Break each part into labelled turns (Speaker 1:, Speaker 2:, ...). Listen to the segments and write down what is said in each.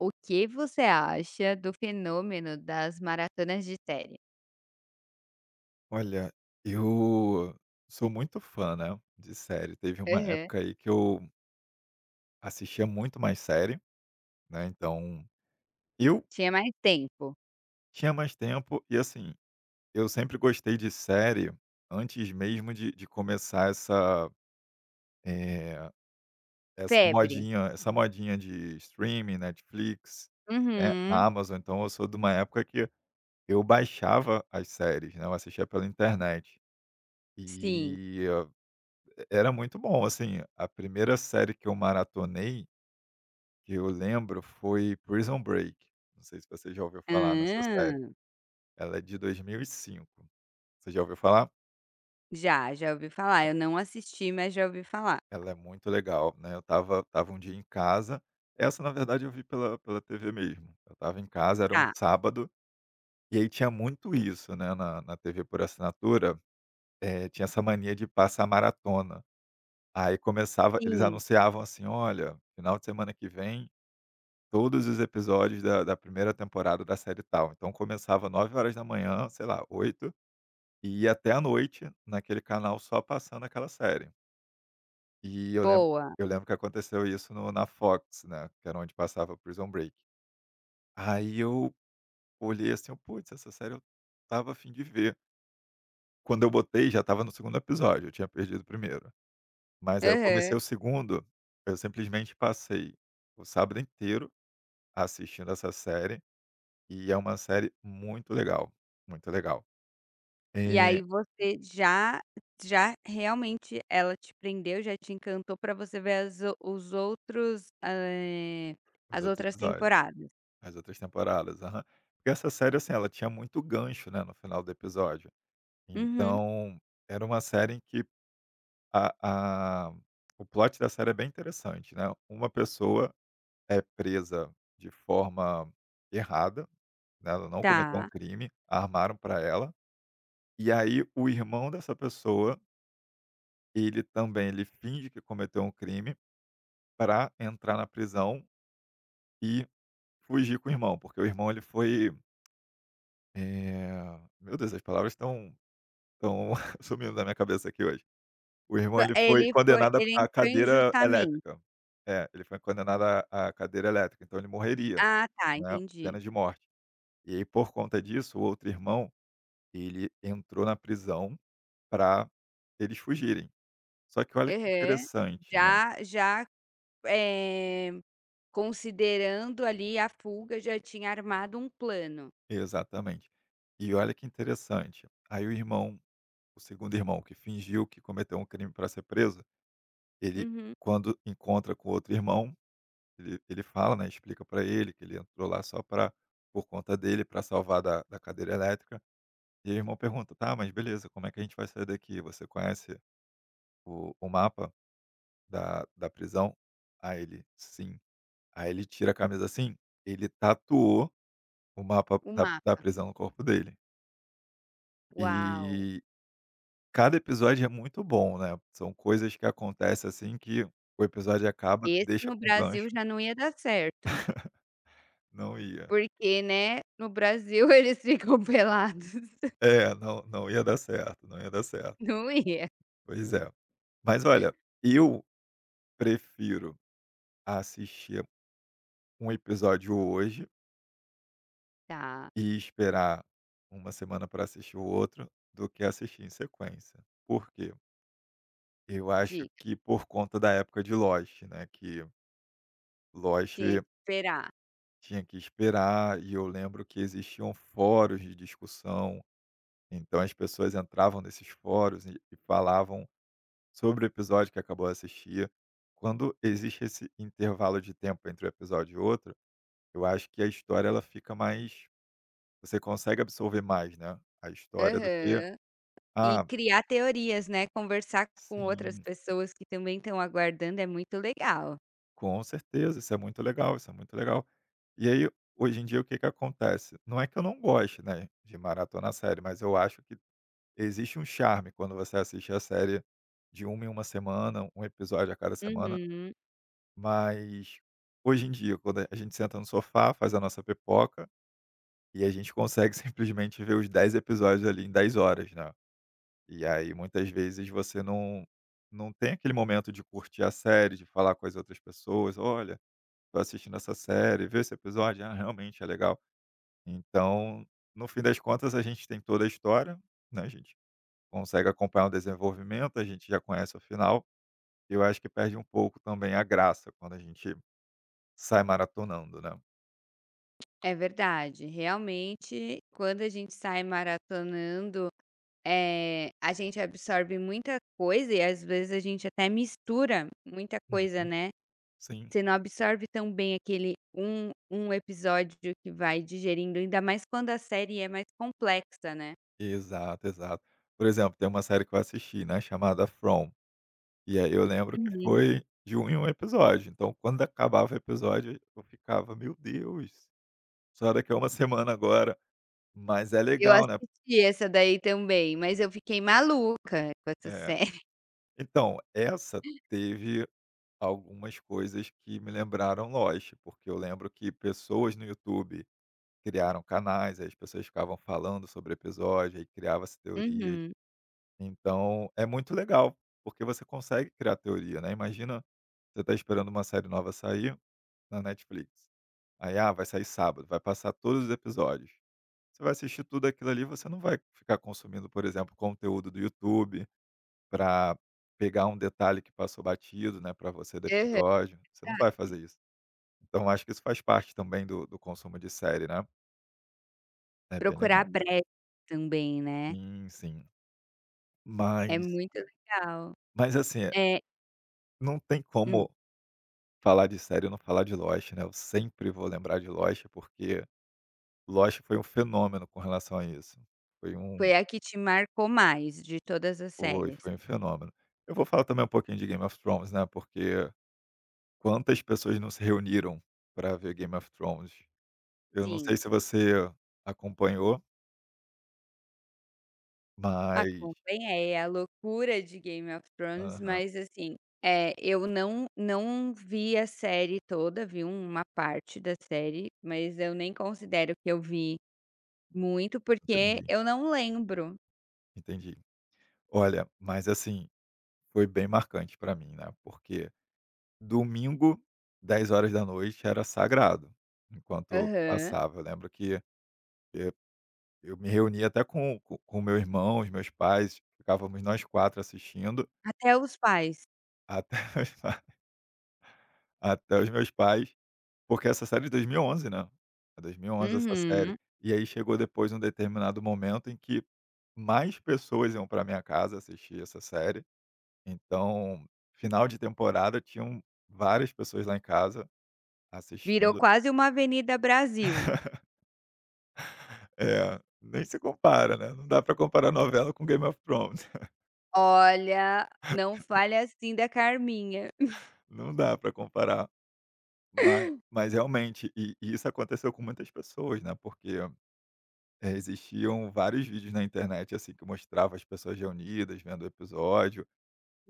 Speaker 1: O que você acha do fenômeno das maratonas de série?
Speaker 2: Olha, eu sou muito fã, né, de série. Teve uma
Speaker 1: Aham.
Speaker 2: época aí que eu assistia muito mais série, né, então eu
Speaker 1: Tinha mais tempo.
Speaker 2: tinha mais tempo e, assim, eu sempre gostei de série antes mesmo de começar essa, eh, essa
Speaker 1: Febre.
Speaker 2: modinha essa modinha de streaming, Netflix, né,
Speaker 1: Uhum.
Speaker 2: Amazon. Então eu sou de uma época que eu baixava as séries, né, eu assistia pela internet.
Speaker 1: Sim.
Speaker 2: E era muito bom, assim, a primeira série que eu maratonei, que eu lembro, foi Prison Break. Não sei se você já ouviu falar nessa série.
Speaker 1: Hã.
Speaker 2: Ela é de 2005. Você já ouviu falar?
Speaker 1: Já, já ouvi falar. Eu não assisti, mas já ouvi falar.
Speaker 2: Ela é muito legal, né, eu tava um dia em casa essa, na verdade, eu vi pela TV mesmo. Eu tava em casa, era um
Speaker 1: Tá.
Speaker 2: sábado, e aí tinha muito isso, né, na TV por assinatura, tinha essa mania de passar maratona. Aí começava eles
Speaker 1: Sim.
Speaker 2: anunciavam assim: "Olha, final de semana que vem." Todos os episódios da primeira temporada da série tal. Então começava 9 horas da manhã, sei lá, 8, e ia até a noite naquele canal só passando aquela série. E eu lembro
Speaker 1: Boa.
Speaker 2: eu lembro que aconteceu isso no na Fox, né, que era onde passava Prison Break. Aí eu olhei assim, eu: "Putz, essa série eu tava a fim de ver." Quando eu botei já estava no segundo episódio, eu tinha perdido o primeiro. Mas aí eu
Speaker 1: Aham.
Speaker 2: comecei o segundo. Eu simplesmente passei o sábado inteiro assistindo essa série. E é uma série muito legal, muito legal.
Speaker 1: E
Speaker 2: Eh,
Speaker 1: aí você já já realmente ela te prendeu, já te encantou pra você ver as o os outros,
Speaker 2: os
Speaker 1: as
Speaker 2: outros
Speaker 1: outras
Speaker 2: episódios,
Speaker 1: temporadas.
Speaker 2: as outras temporadas, aham. Porque essa série, assim, ela tinha muito gancho, né, no final do episódio.
Speaker 1: Uhum.
Speaker 2: Então, era uma série em que a o plot da série é bem interessante, né. Uma pessoa é presa de forma errada, né, ela não cometeu um
Speaker 1: Tá.
Speaker 2: crime, armaram para ela, e aí o irmão dessa pessoa, ele também ele finge que cometeu um crime para entrar na prisão e fugir com o irmão, porque o irmão ele foi, meu Deus, as palavras estão sumindo da minha cabeça aqui hoje. O irmão
Speaker 1: Fo
Speaker 2: ele foi
Speaker 1: ele foi
Speaker 2: condenado
Speaker 1: ele
Speaker 2: à
Speaker 1: entrou
Speaker 2: cadeira
Speaker 1: injustamente.
Speaker 2: elétrica. É, ele foi condenado à cadeira elétrica, então ele morreria,
Speaker 1: Ah, tá,
Speaker 2: né,
Speaker 1: entendi.
Speaker 2: pena de morte. E aí por conta disso, o outro irmão, ele entrou na prisão para eles fugirem. Só que olha que
Speaker 1: Aham.
Speaker 2: interessante, né.
Speaker 1: Já já, eh, considerando ali a fuga, já tinha armado um plano.
Speaker 2: Exatamente. E olha que interessante, aí o segundo irmão que fingiu que cometeu um crime para ser preso, ele,
Speaker 1: Uhum.
Speaker 2: quando encontra com outro irmão, ele fala, né, explica para ele que ele entrou lá só para por conta dele, para salvar da cadeira elétrica. E aí o irmão pergunta: "Tá, mas beleza, como é que a gente vai sair daqui? Você conhece o mapa da prisão?" Aí ele: "Sim." Aí ele tira a camisa assim, ele tatuou o mapa
Speaker 1: O
Speaker 2: da
Speaker 1: mapa.
Speaker 2: prisão no corpo dele.
Speaker 1: Uau!
Speaker 2: E cada episódio é muito bom, né, são coisas que acontecem, assim, que o episódio acaba,
Speaker 1: Esse
Speaker 2: deixa
Speaker 1: no
Speaker 2: com
Speaker 1: Brasil
Speaker 2: gancho.
Speaker 1: já não ia dar certo,
Speaker 2: Não ia.
Speaker 1: porque, né, no Brasil eles ficam pelados.
Speaker 2: É, não ia dar certo, não ia dar certo.
Speaker 1: Não ia.
Speaker 2: Pois é. Mas olha, eu prefiro assistir um episódio hoje
Speaker 1: Tá,
Speaker 2: e esperar uma semana para assistir o outro, do que assistir em sequência. Por quê? Eu acho
Speaker 1: dica.
Speaker 2: que por conta da época de Lost, né, que Lost
Speaker 1: Tinha que esperar.
Speaker 2: tinha que esperar e eu lembro que existiam fóruns de discussão, então as pessoas entravam nesses fóruns e falavam sobre o episódio que acabou de assistir. Quando existe esse intervalo de tempo entre um episódio e outro, eu acho que a história ela fica mais você consegue absorver mais, né, a história do que
Speaker 1: Aham. E
Speaker 2: ah,
Speaker 1: criar teorias, né, conversar com outras
Speaker 2: sim,
Speaker 1: pessoas que também estão aguardando é muito legal.
Speaker 2: com certeza, isso é muito legal, isso é muito legal. E aí, hoje em dia, o que que acontece? Não é que eu não goste, né, de maratona série, mas eu acho que existe um charme quando você assiste a série de uma em uma semana, um episódio a cada semana.
Speaker 1: Uhum.
Speaker 2: Mas, hoje em dia, quando a gente senta no sofá, faz a nossa pipoca, e a gente consegue simplesmente ver os 10 episódios ali em 10 horas, né. E aí, muitas vezes, você não tem aquele momento de curtir a série, de falar com as outras pessoas: "Olha, tô assistindo essa série, vê esse episódio? Ah, realmente é legal." Então, no fim das contas, a gente tem toda a história, né, a gente consegue acompanhar o desenvolvimento, a gente já conhece o final, eu acho que perde um pouco também a graça quando a gente sai maratonando, né.
Speaker 1: É verdade, realmente quando a gente sai maratonando, a gente absorve muita coisa e às vezes a gente até mistura muita coisa,
Speaker 2: Uhum.
Speaker 1: né.
Speaker 2: Sim,
Speaker 1: Você não absorve tão bem aquele um episódio que vai digerindo, ainda mais quando a série é mais complexa, né.
Speaker 2: exato, exato. Por exemplo, tem uma série que eu assisti, né, chamada From, e aí eu, Uhum, lembro que
Speaker 1: Uhum.
Speaker 2: foi de um em 1 episódio, então quando acabava o episódio eu ficava: "Meu Deus, só daqui a uma semana agora." Mas é
Speaker 1: Eu
Speaker 2: legal, né.
Speaker 1: assisti essa daí também, mas eu fiquei maluca com essa
Speaker 2: É.
Speaker 1: série.
Speaker 2: Então, essa teve algumas coisas que me lembraram Lost, porque eu lembro que pessoas no YouTube criaram canais, aí as pessoas ficavam falando sobre o episódio, aí criava-se teorias.
Speaker 1: Uhum.
Speaker 2: Então, é muito legal, porque você consegue criar teoria, né. Imagina, você tá esperando uma série nova sair na Netflix. Aí, ah, vai sair sábado, vai passar todos os episódios. Você vai assistir tudo aquilo ali, você não vai ficar consumindo, por exemplo, conteúdo do YouTube para pegar um detalhe que passou batido, né, para você do
Speaker 1: Aham.
Speaker 2: episódio. Você não
Speaker 1: Ah,
Speaker 2: vai fazer isso. Então acho que isso faz parte também do consumo de série, né. É bem
Speaker 1: procurar
Speaker 2: legal.
Speaker 1: breves também, né,
Speaker 2: Sim, sim.
Speaker 1: é
Speaker 2: Mas
Speaker 1: muito legal.
Speaker 2: mas assim,
Speaker 1: É.
Speaker 2: não tem como falar de série e não falar de Lost, né, eu sempre vou lembrar de Lost, porque Lost foi um fenômeno com relação a isso. Foi um
Speaker 1: Foi a que te marcou mais de todas as
Speaker 2: Foi,
Speaker 1: séries?
Speaker 2: foi um fenômeno. Eu vou falar também um pouquinho de Game of Thrones, né, porque quantas pessoas não se reuniram para ver Game of Thrones. Eu não
Speaker 1: Sim.
Speaker 2: sei se você acompanhou, mas
Speaker 1: Acompanhei a loucura de Game of Thrones,
Speaker 2: aham,
Speaker 1: mas assim, eu não vi a série toda, vi uma parte da série, mas eu nem considero que eu vi muito, porque
Speaker 2: entendi,
Speaker 1: eu não lembro.
Speaker 2: entendi. Olha, mas assim, foi bem marcante para mim, né, porque domingo, 22 horas era sagrado, enquanto
Speaker 1: Aham.
Speaker 2: passava. Eu lembro que eu eu me reunia até com o meu irmão, os meus pais, ficávamos nós 4 assistindo
Speaker 1: Até os pais.
Speaker 2: até os pa até os meus pais, porque essa série é de 2011 né, é 2011 essa série.
Speaker 1: Uhum.
Speaker 2: E aí chegou depois um determinado momento em que mais pessoas iam para minha casa assistir essa série, então final de temporada tinham várias pessoas lá em casa
Speaker 1: Virou
Speaker 2: assistindo.
Speaker 1: quase uma Avenida Brasil.
Speaker 2: É, nem se compara, né, não dá pra comparar novela com Game of Thrones,
Speaker 1: Olha, não fale assim da Carminha.
Speaker 2: não dá pra comparar. Mas realmente, e isso aconteceu com muitas pessoas, né, porque, existiam vários vídeos na internet, assim, que mostrava as pessoas reunidas vendo o episódio.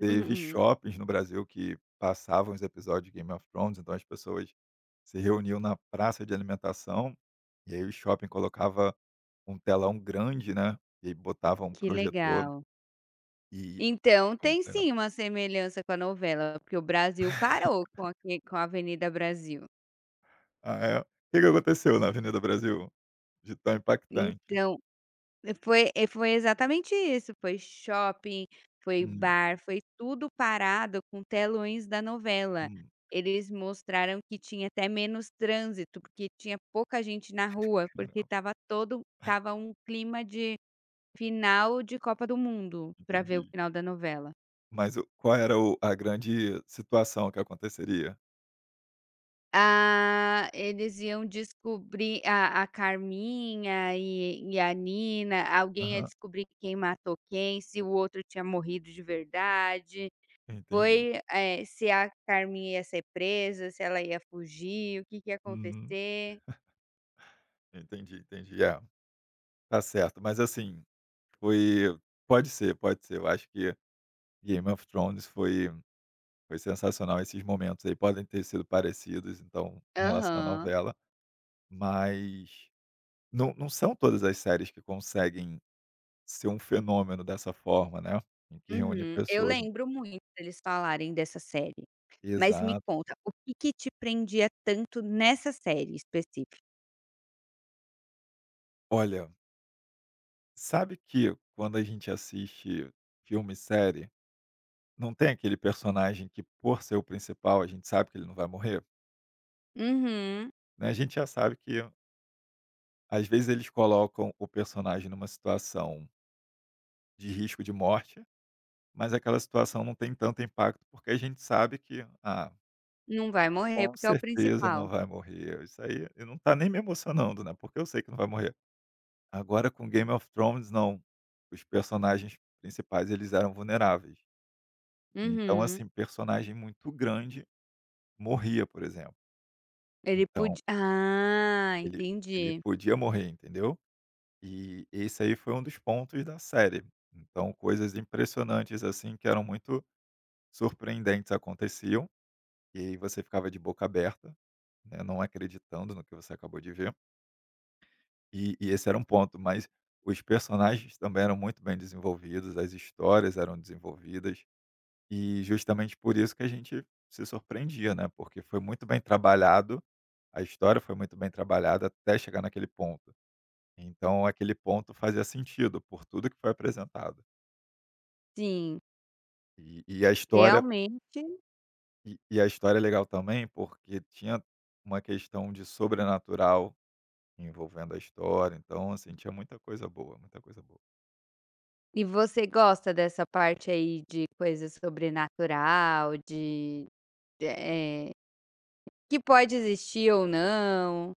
Speaker 2: Teve shoppings no Brasil que passavam os episódios de Game of Thrones, então as pessoas se reuniam na praça de alimentação, e aí o shopping colocava um telão grande, né, e aí botava um
Speaker 1: Que
Speaker 2: projetor,
Speaker 1: legal.
Speaker 2: e
Speaker 1: Então
Speaker 2: foi muito
Speaker 1: tem
Speaker 2: legal.
Speaker 1: sim uma semelhança com a novela, porque o Brasil parou com aque com a Avenida Brasil.
Speaker 2: Ah, é? O Que que aconteceu na Avenida Brasil de tão impactante?
Speaker 1: Então, foi e foi exatamente isso, foi shopping, foi
Speaker 2: Hum,
Speaker 1: bar, foi tudo parado com telões da novela.
Speaker 2: hum,
Speaker 1: Eles mostraram que tinha até menos trânsito, porque tinha pouca gente na rua, porque
Speaker 2: caramba,
Speaker 1: estava todo estava um clima de final de Copa do Mundo, para ver o
Speaker 2: entendi.
Speaker 1: final da novela.
Speaker 2: Mas o qual era o a grande situação que aconteceria?
Speaker 1: Ah, eles iam descobrir a Carminha e a Nina, alguém ia
Speaker 2: Aham,
Speaker 1: descobrir quem matou quem, se o outro tinha morrido de verdade.
Speaker 2: entendi.
Speaker 1: Foi, se a Carminha ia ser presa, se ela ia fugir, o que que ia
Speaker 2: Uhum,
Speaker 1: acontecer.
Speaker 2: entendi, entendi. É, tá certo. Mas, assim, foi pode ser, pode ser. Eu acho que Game of Thrones foi sensacional. Esses momentos aí podem ter sido parecidos, então, em relação à
Speaker 1: Aham.
Speaker 2: novela, mas não são todas as séries que conseguem ser um fenômeno dessa forma, né, em que reúne
Speaker 1: Uhum. Eu
Speaker 2: pessoas, então.
Speaker 1: lembro muito deles falarem dessa série. Mas me
Speaker 2: Exato.
Speaker 1: conta, o que que te prendia tanto nessa série específica?
Speaker 2: Olha, sabe que quando a gente assiste filme e série, não tem aquele personagem que por ser o principal a gente sabe que ele não vai morrer?
Speaker 1: Uhum.
Speaker 2: Né, a gente já sabe que às vezes eles colocam o personagem numa situação de risco de morte, mas aquela situação não tem tanto impacto, porque a gente sabe que, ah,
Speaker 1: Não vai morrer
Speaker 2: com
Speaker 1: porque é o
Speaker 2: certeza
Speaker 1: principal.
Speaker 2: não vai morrer, isso aí eu não tá nem me emocionando, né, porque eu sei que não vai morrer. Agora com Game of Thrones não, os personagens principais eles eram vulneráveis. Então
Speaker 1: Uhum.
Speaker 2: assim, personagem muito grande morria, por exemplo.
Speaker 1: Ele
Speaker 2: Então
Speaker 1: podi ah,
Speaker 2: ele ele
Speaker 1: entendi.
Speaker 2: podia morrer, entendeu. E esse aí foi um dos pontos da série. Então coisas impressionantes, assim, que eram muito surpreendentes aconteciam, e aí você ficava de boca aberta, né, não acreditando no que você acabou de ver. E esse era um ponto, mas os personagens também eram muito bem desenvolvidos, as histórias eram desenvolvidas. E justamente por isso que a gente se surpreendia, né, porque foi muito bem trabalhado, a história foi muito bem trabalhada até chegar naquele ponto. Então aquele ponto fazia sentido por tudo que foi apresentado.
Speaker 1: Sim,
Speaker 2: E e a história
Speaker 1: realmente.
Speaker 2: e a história é legal também, porque tinha uma questão de sobrenatural envolvendo a história, então, assim, tinha muita coisa boa, muita coisa boa.
Speaker 1: E você gosta dessa parte aí de coisa sobrenatural, de eh, que pode existir ou não.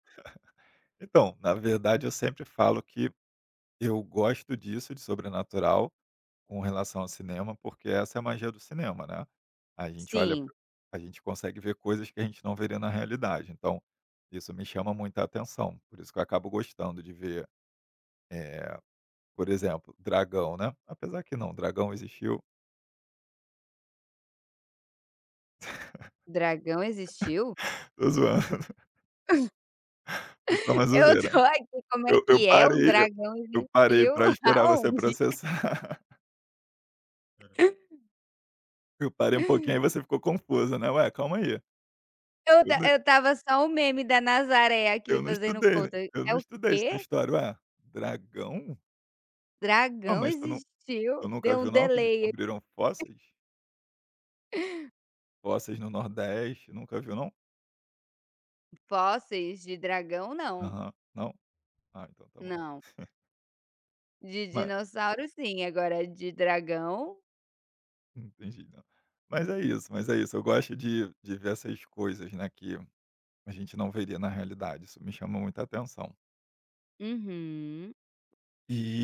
Speaker 2: Então, na verdade eu sempre falo que eu gosto disso, de sobrenatural, com relação ao cinema, porque essa é a magia do cinema, né. A gente olha
Speaker 1: Sim,
Speaker 2: para a gente consegue ver coisas que a gente não veria na realidade, então, isso me chama muita atenção, por isso que eu acabo gostando de ver, eh, por exemplo, dragão, né, apesar que não, dragão existiu.
Speaker 1: dragão existiu?
Speaker 2: Tô zoando, foi só uma
Speaker 1: Eu tô
Speaker 2: zoeira.
Speaker 1: aqui, como é
Speaker 2: Eu eu
Speaker 1: que é? Um
Speaker 2: parei eu
Speaker 1: dragão
Speaker 2: eu parei
Speaker 1: existiu?
Speaker 2: pra esperar você
Speaker 1: Aonde?
Speaker 2: processar. Eu parei um pouquinho, aí você ficou confusa, né, "Ué, calma aí,
Speaker 1: Eu
Speaker 2: eu
Speaker 1: ta
Speaker 2: não
Speaker 1: eu estava só o meme da Nazaré aqui
Speaker 2: eu não
Speaker 1: fazendo
Speaker 2: estudei, né,
Speaker 1: conta.
Speaker 2: eu
Speaker 1: É
Speaker 2: não
Speaker 1: o
Speaker 2: estudei isso na
Speaker 1: quê?
Speaker 2: história, ué, dragão?" Ah,
Speaker 1: Dragão
Speaker 2: mas
Speaker 1: existiu?
Speaker 2: tu nunca
Speaker 1: Deu
Speaker 2: viu
Speaker 1: um
Speaker 2: não que
Speaker 1: delay.
Speaker 2: descobriram fósseis? Fósseis no Nordeste, nunca viu não?
Speaker 1: Fósseis de dragão, não.
Speaker 2: Aham, não? Ah, então tá bom.
Speaker 1: Não, de
Speaker 2: Mas
Speaker 1: dinossauro sim, agora de dragão.
Speaker 2: entendi, não. Mas é isso, eu gosto de ver essas coisas, né, que a gente não veria na realidade, isso me chama muita atenção.
Speaker 1: Uhum.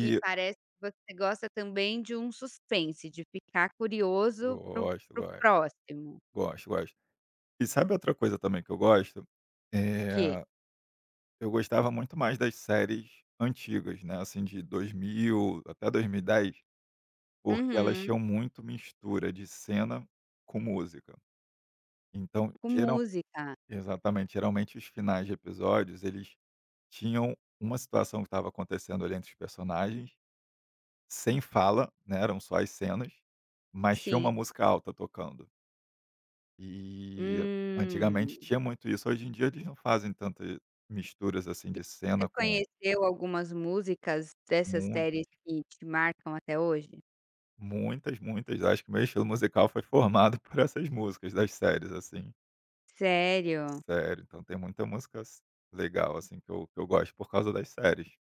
Speaker 1: E parece que você gosta também de um suspense, de ficar curioso pro
Speaker 2: gosto,
Speaker 1: o
Speaker 2: gosto,
Speaker 1: próximo,
Speaker 2: gosto, gosto. E sabe outra coisa também que eu gosto?
Speaker 1: que
Speaker 2: Eh, eu gostava muito mais das séries antigas, né, assim, de 2000 até 2010. Porque elas
Speaker 1: uhum,
Speaker 2: tinham muito mistura de cena com música. Então,
Speaker 1: com
Speaker 2: geral
Speaker 1: música,
Speaker 2: exatamente, geralmente os finais de episódios, eles tinham uma situação que estava acontecendo ali entre os personagens, sem fala, né, eram só as cenas, mas tinha
Speaker 1: sim.
Speaker 2: uma música alta tocando. E
Speaker 1: Hum.
Speaker 2: antigamente tinha muito isso, hoje em dia eles não fazem tantas misturas, assim,
Speaker 1: E
Speaker 2: de
Speaker 1: você
Speaker 2: cena com.
Speaker 1: conheceu algumas músicas dessas
Speaker 2: Muitas,
Speaker 1: séries que te marcam até hoje?
Speaker 2: muitas, muitas. Acho que meu estilo musical foi formado por essas músicas das séries, assim.
Speaker 1: Sério?
Speaker 2: Sério, então tem muita música s legal, assim, que eu gosto por causa das séries.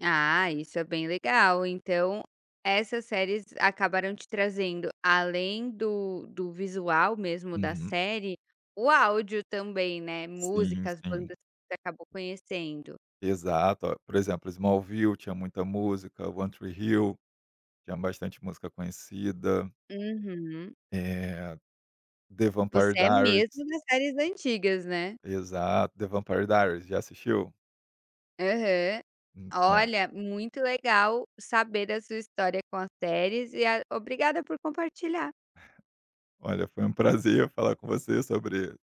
Speaker 1: Ah, isso é bem legal. Então, essas séries acabaram te trazendo, além do visual mesmo da
Speaker 2: Uhum.
Speaker 1: série, o áudio também, né,
Speaker 2: Sim,
Speaker 1: músicas,
Speaker 2: sim.
Speaker 1: bandas que você acabou conhecendo.
Speaker 2: Exato. Ó, por exemplo, Smallville tinha muita música, One Tree Hill tinha bastante música conhecida,
Speaker 1: Uhum.
Speaker 2: eh, The
Speaker 1: Você
Speaker 2: Vampire
Speaker 1: é
Speaker 2: Diaries,
Speaker 1: mesmo das séries antigas, né?
Speaker 2: exato. The Vampire Diaries, já assistiu?
Speaker 1: Aham.
Speaker 2: Então,
Speaker 1: Olha, muito legal saber da sua história com as séries e a obrigada por compartilhar.
Speaker 2: olha, foi um prazer falar com você sobre